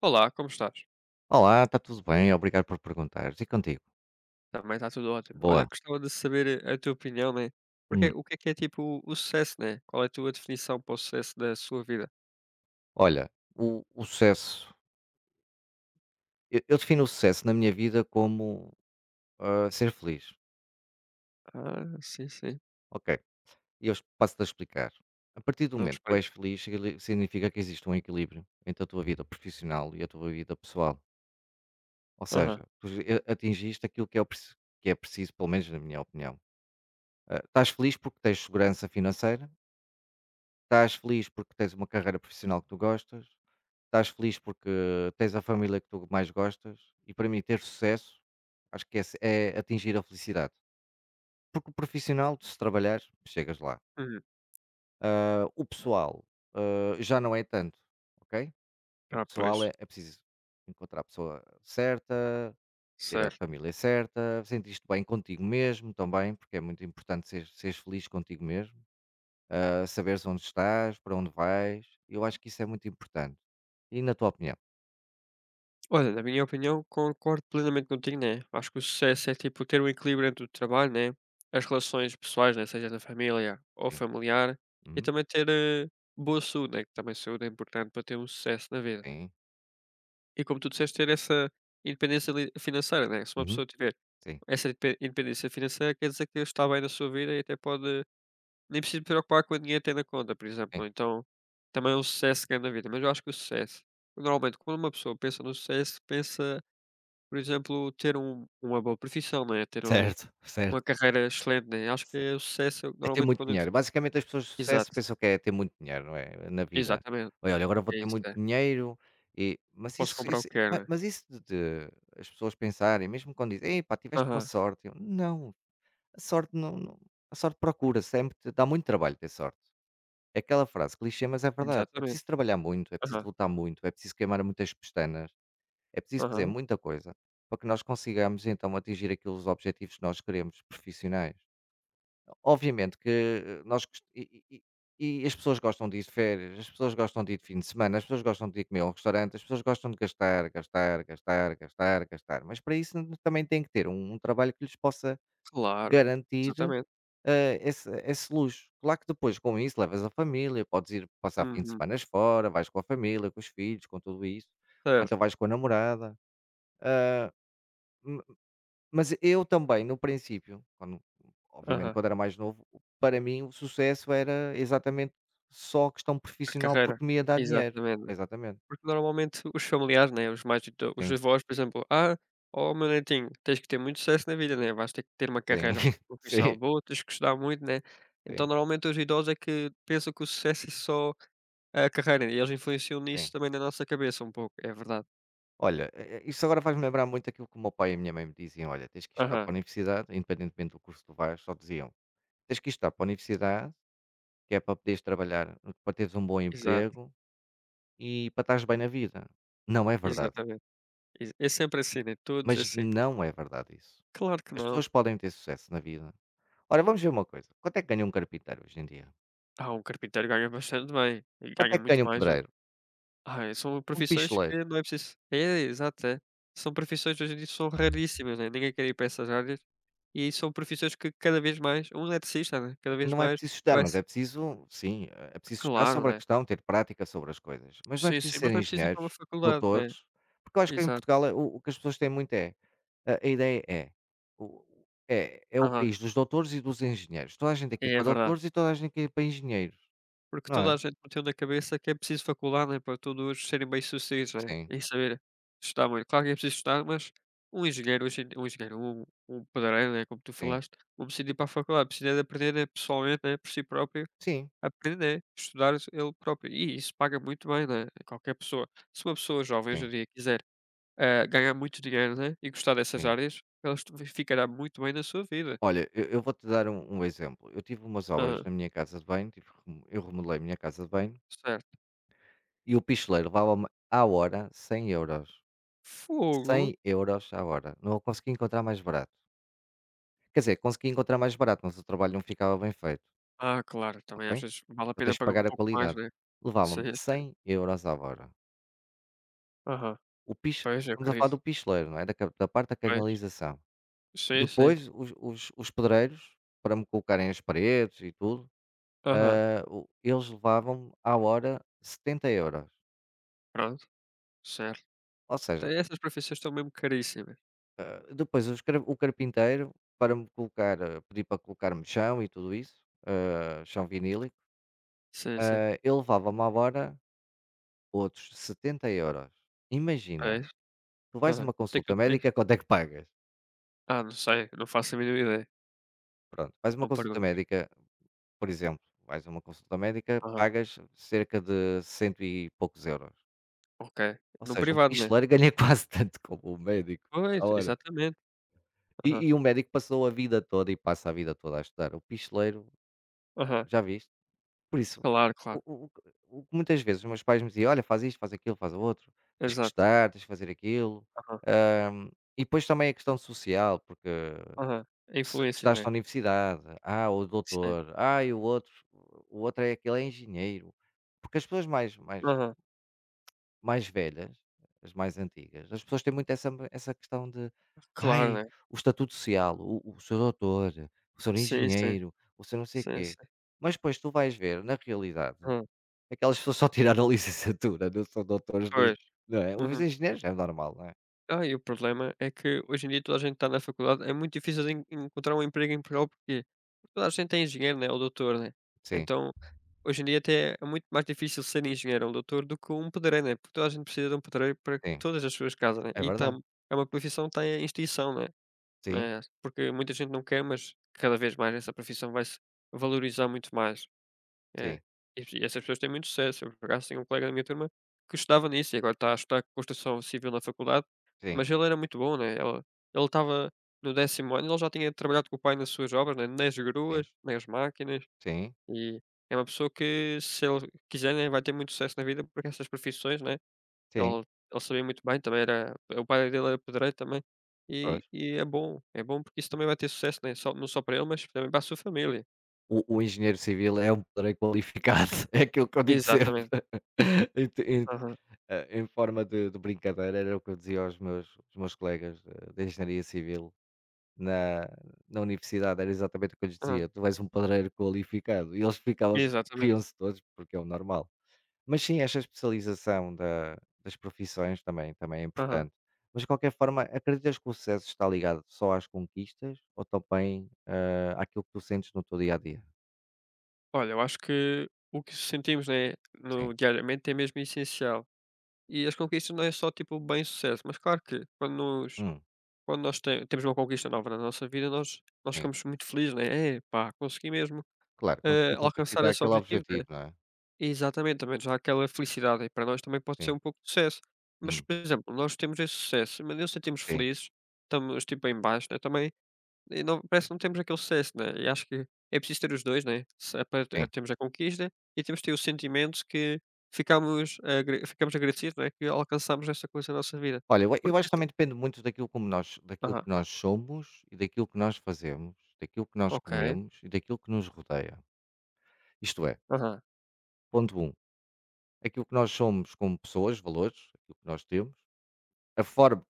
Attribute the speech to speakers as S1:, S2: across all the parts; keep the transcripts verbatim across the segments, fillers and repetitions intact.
S1: Olá, como estás?
S2: Olá, está tudo bem? Obrigado por perguntares. E contigo?
S1: Também está tudo ótimo. Olha,
S2: Boa.
S1: gostava de saber a tua opinião, né? Porque
S2: Hum.
S1: o que é que é tipo o sucesso, né? Qual é a tua definição para o sucesso da sua vida?
S2: Olha, o, o sucesso, eu, eu defino o sucesso na minha vida como ah, ser feliz.
S1: Ah, sim, sim.
S2: Ok, e eu passo-te a explicar. A partir do
S1: Então
S2: momento que tu és
S1: explica.
S2: feliz, sigli- significa que existe um equilíbrio entre a tua vida profissional e a tua vida pessoal. Ou
S1: Aham.
S2: seja, tu e- atingiste aquilo que é, o preci- que é preciso, pelo menos na minha opinião. Ah, estás feliz porque tens segurança financeira, estás feliz porque tens uma carreira profissional que tu gostas. Estás feliz porque tens a família que tu mais gostas, e para mim ter sucesso, acho que é se é atingir a felicidade. Porque o profissional, se trabalhares, chegas lá.
S1: Uhum.
S2: Ah, o pessoal, ah, já não é tanto, ok? O
S1: Ah,
S2: pessoal
S1: pois.
S2: é, é preciso encontrar a pessoa certa, ter a
S1: Certo.
S2: família certa, sentir-te bem contigo mesmo também, porque é muito importante seres, seres feliz contigo mesmo, ah, saberes onde estás, para onde vais. Eu acho que isso é muito importante. E na tua opinião?
S1: Olha, na minha opinião, concordo plenamente contigo, né? Acho que o sucesso é tipo ter um equilíbrio entre o trabalho, né? As relações pessoais, né? Seja na família ou
S2: Sim.
S1: familiar. E
S2: Uhum.
S1: também ter eh, boa saúde, né? Que também saúde é importante para ter um sucesso na vida.
S2: Sim.
S1: E como tu disseste, ter essa independência li financeira, né. Se uma
S2: Uhum.
S1: pessoa tiver
S2: Sim,
S1: essa indepen independência financeira, quer dizer que está bem na sua vida e até pode nem precisa se preocupar com o dinheiro que tem na conta, por
S2: sim.
S1: exemplo. Então, também é um sucesso grande na vida, mas eu acho que o sucesso normalmente, quando uma pessoa pensa no sucesso, pensa, por exemplo, ter um uma boa profissão, né, ter um
S2: Certo, certo,
S1: uma carreira excelente, né. Acho que
S2: ce
S1: é o sucesso eu,
S2: é ter
S1: normalmente
S2: muito
S1: quando eu-
S2: dinheiro. Basicamente, as pessoas de sucesso
S1: exato,
S2: pensam que é ter muito dinheiro, não é, na vida.
S1: exatamente,
S2: "Ai, olha, agora vou
S1: é
S2: ter
S1: isso,
S2: muito
S1: é.
S2: dinheiro e", mas
S1: Posso
S2: isso
S1: comprar o
S2: isso
S1: que
S2: ma
S1: quero, né.
S2: mas isso de de as pessoas pensarem, mesmo quando dizem: "Pá, tiveste uma
S1: Aham,
S2: sorte", eu: "Não, a sorte não não, a sorte procura, sempre te dá muito trabalho ter sorte". É aquela frase clichê, mas é verdade. É
S1: exatamente.
S2: preciso trabalhar muito, é preciso
S1: Aham,
S2: lutar muito, é preciso queimar muitas pestanas, é preciso fazer
S1: aham,
S2: muita coisa para que nós consigamos então atingir aqueles objetivos que nós queremos, profissionais. Obviamente que eh, nós gos e e e e as pessoas gostam de ir de férias, as pessoas gostam de ir de fim de semana, as pessoas gostam de ir comer a um restaurante, as pessoas gostam de gastar, gastar, gastar, gastar, gastar, mas para isso n- também tem que ter um um trabalho que lhes possa
S1: claro,
S2: garantir
S1: exatamente.
S2: eh, esse esse luxo. Claro que depois com isso levas a família, podes ir passar fim de
S1: Uhum.
S2: semanas fora, vais com a família, com os filhos, com tudo isso, ou
S1: Certo.
S2: então vais com a namorada, eh, mas eu também, no princípio, quando, obviamente,
S1: Aham.
S2: quando era mais novo, para mim o sucesso era exatamente só questão
S1: A
S2: profissional
S1: carreira.
S2: porque me ia dar dinheiro.
S1: Exatamente, né.
S2: Exatamente.
S1: Porque normalmente os familiares, né, os mais ido os
S2: Sim,
S1: avós, por exemplo: "Ah, ó meu netinho, tens que ter muito sucesso na vida, né, vais ter que ter uma
S2: sim,
S1: carreira profissional
S2: sim,
S1: boa, tens que estudar muito, né". Então
S2: sim,
S1: normalmente os idosos é que pensam que o sucesso é só a carreira, né, e eles influenciam nisso
S2: sim.
S1: também na nossa cabeça um pouco, é verdade.
S2: Olha, eh eh, isso agora faz-me lembrar muito aquilo que o meu pai e a minha mãe me diziam: "Olha, tens que estudar para
S1: Aham.
S2: a universidade, independentemente do curso que tu vais". Só diziam: "Tens que estudar para a universidade, que é para poderes trabalhar, para teres um bom
S1: Exato,
S2: emprego e para estares bem na vida". Não é verdade,
S1: exatamente. Exa é sempre assim, né, todos
S2: mas
S1: assim.
S2: não é verdade isso.
S1: Claro que
S2: As
S1: não.
S2: pessoas podem ter sucesso na vida. Ora, vamos ver uma coisa, quanto é que ganha um carpinteiro hoje em dia?
S1: Ah, um carpinteiro ganha bastante bem, e
S2: Quanto é
S1: ganha
S2: que
S1: muito
S2: ganha um
S1: mais.
S2: pedreiro?
S1: Ai, são
S2: Um
S1: profissões
S2: picheleiro?
S1: que não é preciso é, exato, é. São profissões que hoje em dia são raríssimas, né, ninguém quer ir para essas áreas, e são profissões que cada vez mais um eletricista, né, cada vez
S2: Não é
S1: mais
S2: preciso estudar,
S1: vai
S2: mas
S1: se.
S2: é preciso, sim, é preciso estudar
S1: Claro,
S2: sobre a
S1: né.
S2: questão, ter prática sobre as coisas, mas não é
S1: Sim,
S2: preciso
S1: sim,
S2: ser
S1: mas não é preciso ir para uma
S2: engenheiros,
S1: faculdade, né.
S2: doutores, porque eu acho que em
S1: Exato.
S2: Portugal é o o que as pessoas têm muito é, a a ideia é, o é é o
S1: Aham.
S2: país dos doutores e dos engenheiros. Toda a gente aqui é
S1: É, é
S2: para
S1: verdade.
S2: doutores e toda a gente aqui é para engenheiros,
S1: Porque
S2: não
S1: toda
S2: é?
S1: a gente meteu na cabeça que é preciso faculdade, né, para todos serem bem-sucedidos, né,
S2: Sim,
S1: e saber estudar muito. Claro que é preciso estudar, mas um engenheiro hoje em dia- um engenheiro, um um pedreiro, né, como tu
S2: sim,
S1: falaste, não precisa ir para a faculdade, precisa de aprender, né, pessoalmente, né, por si próprio.
S2: sim,
S1: Aprender, estudar ele próprio e isso paga muito bem, né, a qualquer pessoa. Se uma pessoa jovem hoje em
S2: sim,
S1: dia quiser, eh, ganhar muito dinheiro, né, e gostar dessas
S2: sim.
S1: áreas, ela estu ficará muito bem na sua vida.
S2: Olha, eu, eu vou-te dar um, um exemplo. Eu tive umas obras
S1: Aham,
S2: na minha casa de banho, tive, que remo- eu remodelei a minha casa de banho,
S1: certo.
S2: e o picheleiro levava-me à hora cem euros. cem
S1: Fogo!
S2: euros à hora. Não o consegui encontrar mais barato. Quer dizer, consegui encontrar mais barato, mas o trabalho não ficava bem feito,
S1: Ah, claro,
S2: ok?
S1: também às vezes vale a
S2: Tu
S1: pena
S2: tens de
S1: pagar um
S2: pagar a
S1: pouco mais,
S2: qualidade.
S1: né.
S2: Levava-me
S1: Sim, sim.
S2: cem euros à hora.
S1: Aham.
S2: O piche,
S1: Pois, eu
S2: estamos a falar
S1: acredito.
S2: do picheleiro, não é? Da, ca- da parte da
S1: Pois.
S2: canalização.
S1: Sim, sim.
S2: Depois, os, os, os pedreiros, para me colocarem as paredes e tudo,
S1: Aham.
S2: Ah, o eles levavam-me à hora setenta euros.
S1: Pronto, certo.
S2: Ou seja,
S1: Tem essas profissões estão mesmo caríssimas.
S2: ah, depois os car o carpinteiro, para me colocar, ah, pedir para colocar-me chão e tudo isso, ah, chão vinílico,
S1: Sim, sim.
S2: ah, ele levava-me à hora outros setenta euros. Imagina,
S1: Pois.
S2: tu vais a
S1: Aham.
S2: uma
S1: Quanto é que
S2: consulta
S1: tu tens?
S2: médica, quanto é que pagas?
S1: Ah, não sei, não faço a mínima ideia,
S2: Pronto, vais a uma
S1: não
S2: consulta
S1: pergunto.
S2: médica, por exemplo, vais a uma consulta médica,
S1: Aham.
S2: pagas cerca de cento e poucos euros.
S1: Ok,
S2: Ou
S1: no
S2: seja, um
S1: privado, né?
S2: picheleiro ganha quase tanto como um médico à.
S1: Pois, exatamente. Aham,
S2: E, e o médico passou a vida toda e passa a vida toda a estudar. O picheleiro,
S1: aham.
S2: já viste? Por isso,
S1: Claro, claro.
S2: o, o, o que muitas vezes os meus pais me diziam: "Olha, faz isto, faz aquilo, faz o outro, tens que
S1: Exato.
S2: estudar, tens que fazer aquilo".
S1: Aham,
S2: Ahm, e depois também a questão social, porque
S1: aham. A
S2: se
S1: influência,
S2: estás na
S1: né?
S2: universidade, ah, o
S1: Sim.
S2: doutor, ah, e o outro, o outro é aquele, é engenheiro. Porque as pessoas mais, mais
S1: Aham.
S2: mais velhas, as mais antigas, as pessoas têm muito essa essa questão de:
S1: Claro,
S2: "Ai,
S1: né?
S2: o estatuto social, o o senhor doutor, o senhor
S1: Sim, sim.
S2: engenheiro, o senhor não sei
S1: Sim,
S2: quê".
S1: sim.
S2: Mas depois tu vais ver, na realidade,
S1: Hã.
S2: aquelas pessoas só tiraram a licenciatura, não são doutores nem,
S1: Pois.
S2: não é? Os
S1: Uhum.
S2: engenheiros é normal, não é?
S1: Ah, e o problema é que hoje em dia toda a gente está na faculdade, é muito difícil de en encontrar um emprego em Portugal, porque toda a gente é engenheiro, né, ou doutor, né?
S2: Sim,
S1: Então, hoje em dia até é muito mais difícil ser engenheiro ou doutor do que um pedreiro, né? Porque toda a gente precisa de um pedreiro para
S2: sim,
S1: todas as suas casas, né?
S2: é
S1: E está
S2: verdade.
S1: é uma profissão que está em extinção, né?
S2: Sim,
S1: É, porque muita gente não quer, mas cada vez mais essa profissão vai se valorizar muito mais. É.
S2: sim,
S1: E e essas pessoas têm muito sucesso. Eu, por acaso, tenho um colega da minha turma que estudava nisso e agora está a estudar construção civil na faculdade,
S2: sim,
S1: mas ele era muito bom, né? Ele ele estava no décimo ano, ele já tinha trabalhado com o pai nas suas obras, né? Nas
S2: sim,
S1: gruas, nas máquinas,
S2: sim,
S1: e é uma pessoa que, se ele quiser, né, vai ter muito sucesso na vida, porque essas profissões, né?
S2: sim,
S1: Ele ele sabia muito bem, também era o pai dele era pedreiro também, e
S2: pois.
S1: e é bom, é bom porque isso também vai ter sucesso, né, só não só para ele, mas também para a sua família.
S2: O o engenheiro civil é um pedreiro qualificado, é aquilo que eu digo sempre.
S1: Exatamente.
S2: Ent
S1: Aham,
S2: Eh, em forma de de brincadeira, era o que eu dizia aos meus, aos meus colegas, eh, de engenharia civil na na universidade. Era exatamente o que eu lhes
S1: aham.
S2: dizia: "Tu és um padreiro qualificado", e eles ficavam-se,
S1: Exatamente.
S2: riam-se todos, porque é o normal. Mas sim, esta especialização da das profissões também também é
S1: Aham.
S2: importante. Mas de qualquer forma, acreditas que o sucesso está ligado só às conquistas ou também eh, àquilo que tu sentes no teu dia a dia?
S1: Olha, eu acho que o que sentimos, né,
S2: Sim,
S1: no diariamente é mesmo essencial, e as conquistas não é só, tipo, bem-sucesso, mas claro que quando nos
S2: hum,
S1: quando nós te temos uma conquista nova na nossa vida, nós nós
S2: sim,
S1: ficamos muito felizes, né, "É, pá, consegui mesmo,
S2: claro,
S1: eh,
S2: consegui
S1: alcançar
S2: concretizar
S1: esse
S2: aquele
S1: objetivo", né.
S2: objetivo, não é?
S1: Exatamente, também já há aquela felicidade e para nós também pode ser
S2: Sim,
S1: um pouco de sucesso. Mas,
S2: hum,
S1: por exemplo, nós temos esse sucesso, mas não sentimos
S2: sim,
S1: felizes, estamos tipo em baixo, né, também e não parece que não temos aquele sucesso, né? E acho que é preciso ter os dois, né? Se é para te
S2: sim.
S1: temos a conquista e temos de ter o sentimento que ficamos agra ficamos agradecidos, né, que alcançamos essa coisa na nossa vida.
S2: Olha, eu a eu
S1: Porque
S2: acho que
S1: se
S2: também depende muito daquilo, como nós, daquilo
S1: aham,
S2: que nós somos e daquilo que nós fazemos, daquilo que nós
S1: ok,
S2: comemos e daquilo que nos rodeia. Isto é,
S1: aham,
S2: ponto um, aquilo que nós somos como pessoas, valores, aquilo que nós temos, a forma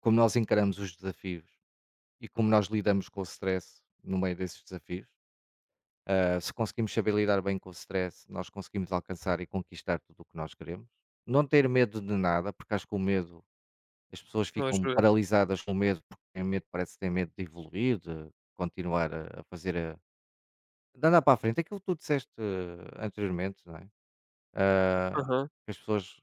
S2: como nós encaramos os desafios e como nós lidamos com o stress no meio desses desafios. Ah, se conseguimos saber lidar bem com o stress, nós conseguimos alcançar e conquistar tudo o que nós queremos. Não ter medo de nada, porque acho que o medo. As pessoas
S1: não
S2: ficam
S1: ajuda.
S2: paralisadas com medo, porque têm medo, parece que têm medo de evoluir, de continuar a a fazer a, de andar para a frente, aquilo que tu disseste eh, anteriormente, não é? Ah,
S1: Aham,
S2: que as pessoas,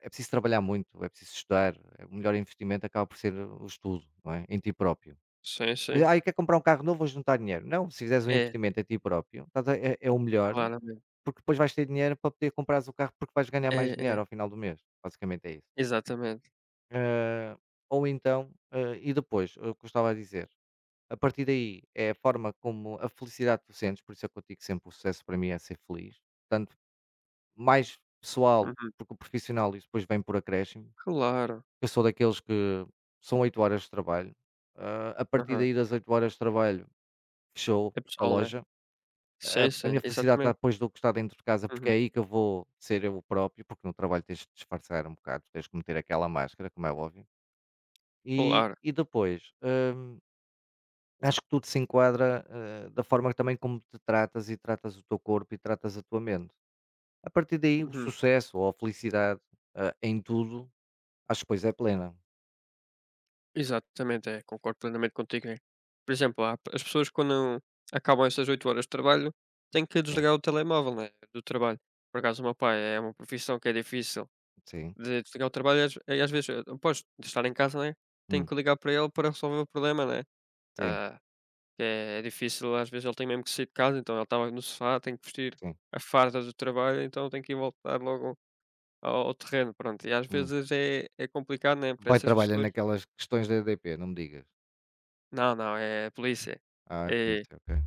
S2: é preciso trabalhar muito, é preciso estudar, é o melhor investimento, acaba por ser o estudo, não é? Em ti próprio.
S1: sim,
S2: Mas,
S1: sim.
S2: "Ai, quer comprar um carro novo, vou juntar dinheiro". Não, se fizeres um
S1: É,
S2: investimento em ti próprio, estás a é é o melhor,
S1: claramente.
S2: porque depois vais ter dinheiro para poder comprares o carro, porque vais ganhar
S1: É,
S2: mais dinheiro
S1: é,
S2: ao final do mês, basicamente é isso.
S1: exatamente.
S2: Eh, ou então, eh, e depois, o que eu estava a dizer, a partir daí é a forma como a felicidade que tu sentes, por isso é que eu digo sempre, o sucesso para mim é ser feliz, tanto mais pessoal,
S1: Uhum,
S2: porque o profissional isso depois vem por acréscimo.
S1: claro.
S2: Eu sou daqueles que são oito horas de trabalho, eh, a partir
S1: Aham,
S2: daí das oito horas de trabalho, fechou
S1: é
S2: a
S1: pessoal, né?
S2: loja. A,
S1: Sim,
S2: a
S1: sim,
S2: minha felicidade está
S1: exatamente.
S2: depois do que está dentro de casa, porque é
S1: Uhum.
S2: aí que eu vou ser eu próprio, porque no trabalho tens de disfarçar um bocado, tens de meter aquela máscara, como é óbvio. E
S1: Claro.
S2: e depois, hum, acho que tudo se enquadra, eh, da forma também como te tratas e tratas o teu corpo e tratas a tua mente. A partir daí, o
S1: Uhum.
S2: sucesso ou a felicidade, ah, em tudo, acho que pois é plena.
S1: Exatamente, é, concordo plenamente contigo, é. Por exemplo, há p- as pessoas quando acabam essas oito horas de trabalho, têm que
S2: Sim,
S1: desligar o telemóvel, né, do trabalho. Por acaso o meu pai é uma profissão que é difícil
S2: sim,
S1: de desligar o trabalho e às e às vezes, após estar em casa, né, tenho
S2: hum,
S1: que ligar para ele para resolver o problema, né.
S2: sim,
S1: Ah, que é é difícil, às vezes ele tem mesmo que sair de casa, então ele estava no sofá, tem que vestir
S2: sim,
S1: a farda do trabalho, então tem que ir voltar logo ao ao terreno, pronto. E às
S2: hum.
S1: vezes é é complicado, né,
S2: O
S1: para
S2: pai
S1: essas
S2: trabalha
S1: pessoas.
S2: naquelas questões da E D P, não me digas?
S1: Não, não, é a polícia.
S2: Ah, é
S1: É,
S2: polícia, ok.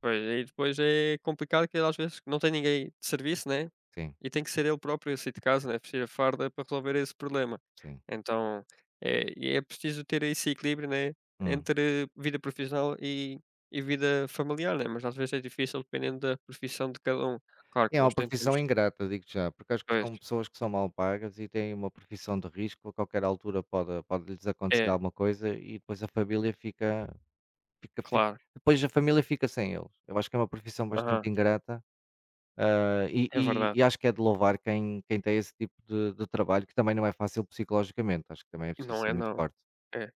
S1: pois, e depois é complicado que ele às vezes não tem ninguém de serviço, né,
S2: Sim,
S1: e tem que ser ele próprio a sair de casa, né, vestir a farda para resolver esse problema.
S2: sim.
S1: Então, é e é preciso ter esse equilíbrio, né,
S2: Hum.
S1: entre vida profissional e e vida familiar, né, mas às vezes é difícil dependendo da profissão de cada um. Claro
S2: É
S1: que
S2: uma
S1: nós
S2: profissão
S1: tentamos.
S2: ingrata, digo já, porque acho que
S1: Pois,
S2: são pessoas que são mal pagas e têm uma profissão de risco, a qualquer altura pode pode-lhes acontecer
S1: é,
S2: alguma coisa, e depois a família fica fica fi
S1: claro.
S2: depois a família fica sem eles. Eu acho que é uma profissão bastante
S1: Aham,
S2: ingrata, ah, e
S1: é
S2: e
S1: verdade.
S2: e acho que é de louvar quem quem tem esse tipo de de trabalho, que também não é fácil psicologicamente, acho que também é
S1: E
S2: preciso
S1: não
S2: ser
S1: é,
S2: muito
S1: não.
S2: forte.
S1: É.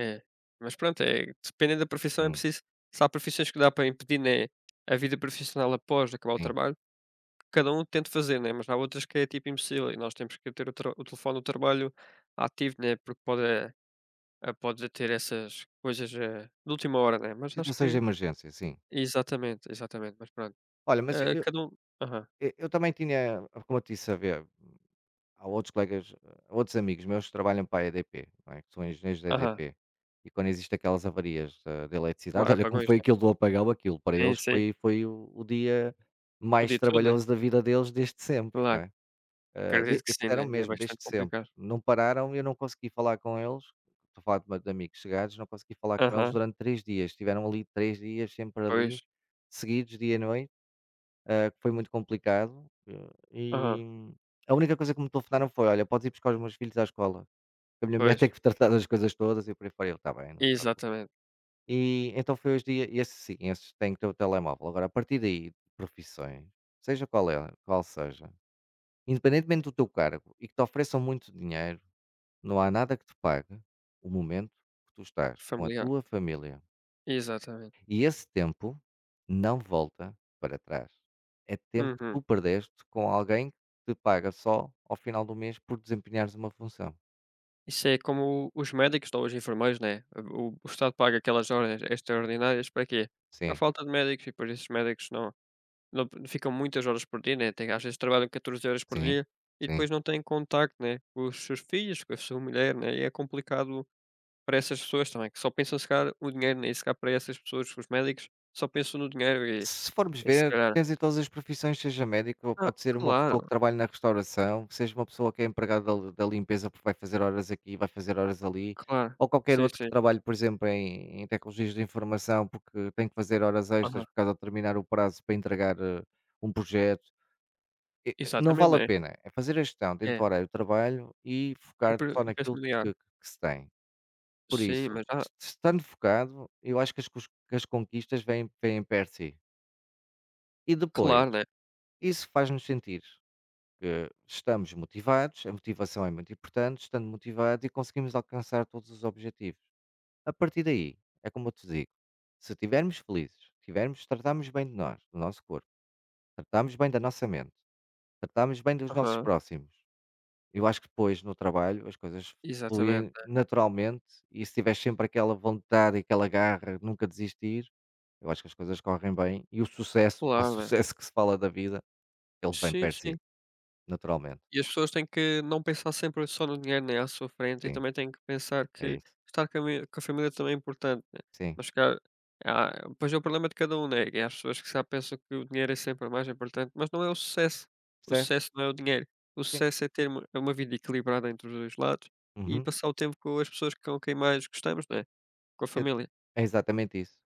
S1: É, mas pronto, é dependendo da profissão é
S2: Hum,
S1: preciso, se há profissões que dá para impedir, né, a vida profissional após acabar o
S2: sim.
S1: trabalho, cada um tenta fazer, né, mas há outras que é tipo impossível e nós temos que ter o tra o telefone do trabalho ativo, né, porque pode, eh, ah, pode ter essas coisas, eh, de última hora, né, mas acho
S2: Situações de
S1: que
S2: emergência, sim.
S1: exatamente, exatamente, mas pronto.
S2: Olha, mas
S1: Ah,
S2: eu
S1: cada um, aham,
S2: eu eu também tinha, como eu te disse, a ver. Há outros colegas, há outros amigos meus que trabalham para a E D P, não é, que são engenheiros da
S1: aham,
S2: E D P. E quando existem aquelas avarias da da eletricidade,
S1: claro,
S2: olha como
S1: apagões,
S2: foi
S1: né.
S2: aquilo do apagão, aquilo para
S1: Sim,
S2: eles
S1: sim,
S2: foi foi o o dia
S1: o
S2: mais
S1: dia todo, né,
S2: trabalhoso da vida deles desde sempre, não
S1: claro,
S2: é? Hã, de
S1: acredito que sim,
S2: disseram
S1: né, e é
S2: mesmo, desde
S1: bastante
S2: sempre.
S1: complicado.
S2: Não pararam, e eu não consegui falar com eles, estou a falar de ma de amigos chegados, não consegui falar com eles
S1: Aham,
S2: durante três dias. Estiveram ali três dias sempre ali,
S1: pois,
S2: seguidos, dia e noite, eh, que foi muito complicado. eh,
S1: aham,
S2: e a única coisa que me telefonaram foi: "Olha, podes ir buscar os meus filhos à escola, que a minha mulher
S1: pois,
S2: tem que tratar das coisas todas", e por aí fora. Eu: "Está bem, não te preocupes".
S1: exatamente.
S2: E então foi os dia, esses sim, esses têm que ter o telemóvel. Agora, a partir daí, profissões, seja qual é qual seja, independentemente do teu cargo, e que te ofereçam muito dinheiro, não há nada que te pague o momento que tu estás com a
S1: Familiar,
S2: tua família.
S1: exatamente.
S2: E esse tempo não volta para trás. É tempo que
S1: Uhum.
S2: tu perdeste com alguém que te paga só ao final do mês por desempenhares uma função.
S1: Isso é como os médicos ou os enfermeiros, né, o o Estado paga aquelas horas extraordinárias para quê? Por
S2: Sim,
S1: falta de médicos e depois esses médicos não não ficam muitas horas por dia, né, tem às vezes trabalham catorze horas por
S2: sim,
S1: dia e
S2: sim.
S1: depois não têm contacto, né, com os seus filhos, com a sua mulher, né, e é complicado para essas pessoas também, que só pensam se calhar o dinheiro, né, e se calhar para essas pessoas, os médicos, só pensam no dinheiro e
S2: Se formos
S1: e se
S2: ver,
S1: calhar.
S2: tens em todas as profissões, seja médico,
S1: Ah,
S2: pode ser uma pessoa que
S1: claro,
S2: trabalha na restauração, seja uma pessoa que é empregada da, da limpeza, porque vai fazer horas aqui, vai fazer horas ali,
S1: claro.
S2: ou qualquer
S1: Sim,
S2: outro que
S1: sim.
S2: trabalhe, por exemplo, em, em tecnologias de informação, porque tem que fazer horas extras
S1: Aham.
S2: por causa de terminar o prazo para entregar eh, um projeto. E não vale
S1: Exatamente,
S2: a
S1: né.
S2: pena, é fazer a gestão dentro do
S1: É.
S2: horário de trabalho e
S1: E
S2: focar
S1: per
S2: só
S1: e
S2: naquilo
S1: familiar.
S2: que que se tem. Por
S1: Sim,
S2: isso,
S1: mas há.
S2: es estando focado, eu acho que as cos que as conquistas vêm vêm perto de si. E depois,
S1: Claro, né.
S2: isso faz-nos sentir que estamos motivados, a motivação é muito importante, estando motivados e conseguimos alcançar todos os objetivos. A partir daí, é como eu te digo, se estivermos felizes, tivermos tratarmos bem de nós, do nosso corpo, tratarmos bem da nossa mente, tratarmos bem dos nossos
S1: Aham,
S2: próximos. Eu acho que depois no trabalho as coisas
S1: exatamente,
S2: fluem
S1: né.
S2: naturalmente, e se tiver sempre aquela vontade e aquela garra, de nunca desistir, eu acho que as coisas correm bem, e o sucesso, o
S1: Claro, né.
S2: sucesso que se fala da vida, ele vem
S1: Sim,
S2: per
S1: sim.
S2: si, naturalmente.
S1: E as pessoas têm que não pensar sempre só no dinheiro, né, à sua frente e
S2: Sim,
S1: também têm que pensar
S2: é
S1: que
S2: isso.
S1: estar com a mi com a família também é importante, né.
S2: Sim,
S1: Mas se calhar ah, pois é o problema de cada um, né, e há pessoas que já pensam que o dinheiro é sempre o mais importante, mas não é o sucesso. O
S2: certo?
S1: sucesso não é o dinheiro. O
S2: Sim.
S1: sucesso é ter uma é uma vida equilibrada entre os dois lados e
S2: Uhum.
S1: passar o tempo com as pessoas com quem mais gostamos, né, com a
S2: É
S1: família.
S2: é exatamente isso.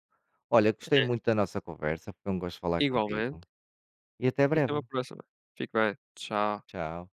S2: Olha, gostei
S1: É,
S2: muito da nossa conversa, foi um gosto falar contigo
S1: igualmente.
S2: e até
S1: E até
S2: breve.
S1: uma próxima. Fique bem. Tchau.
S2: Tchau.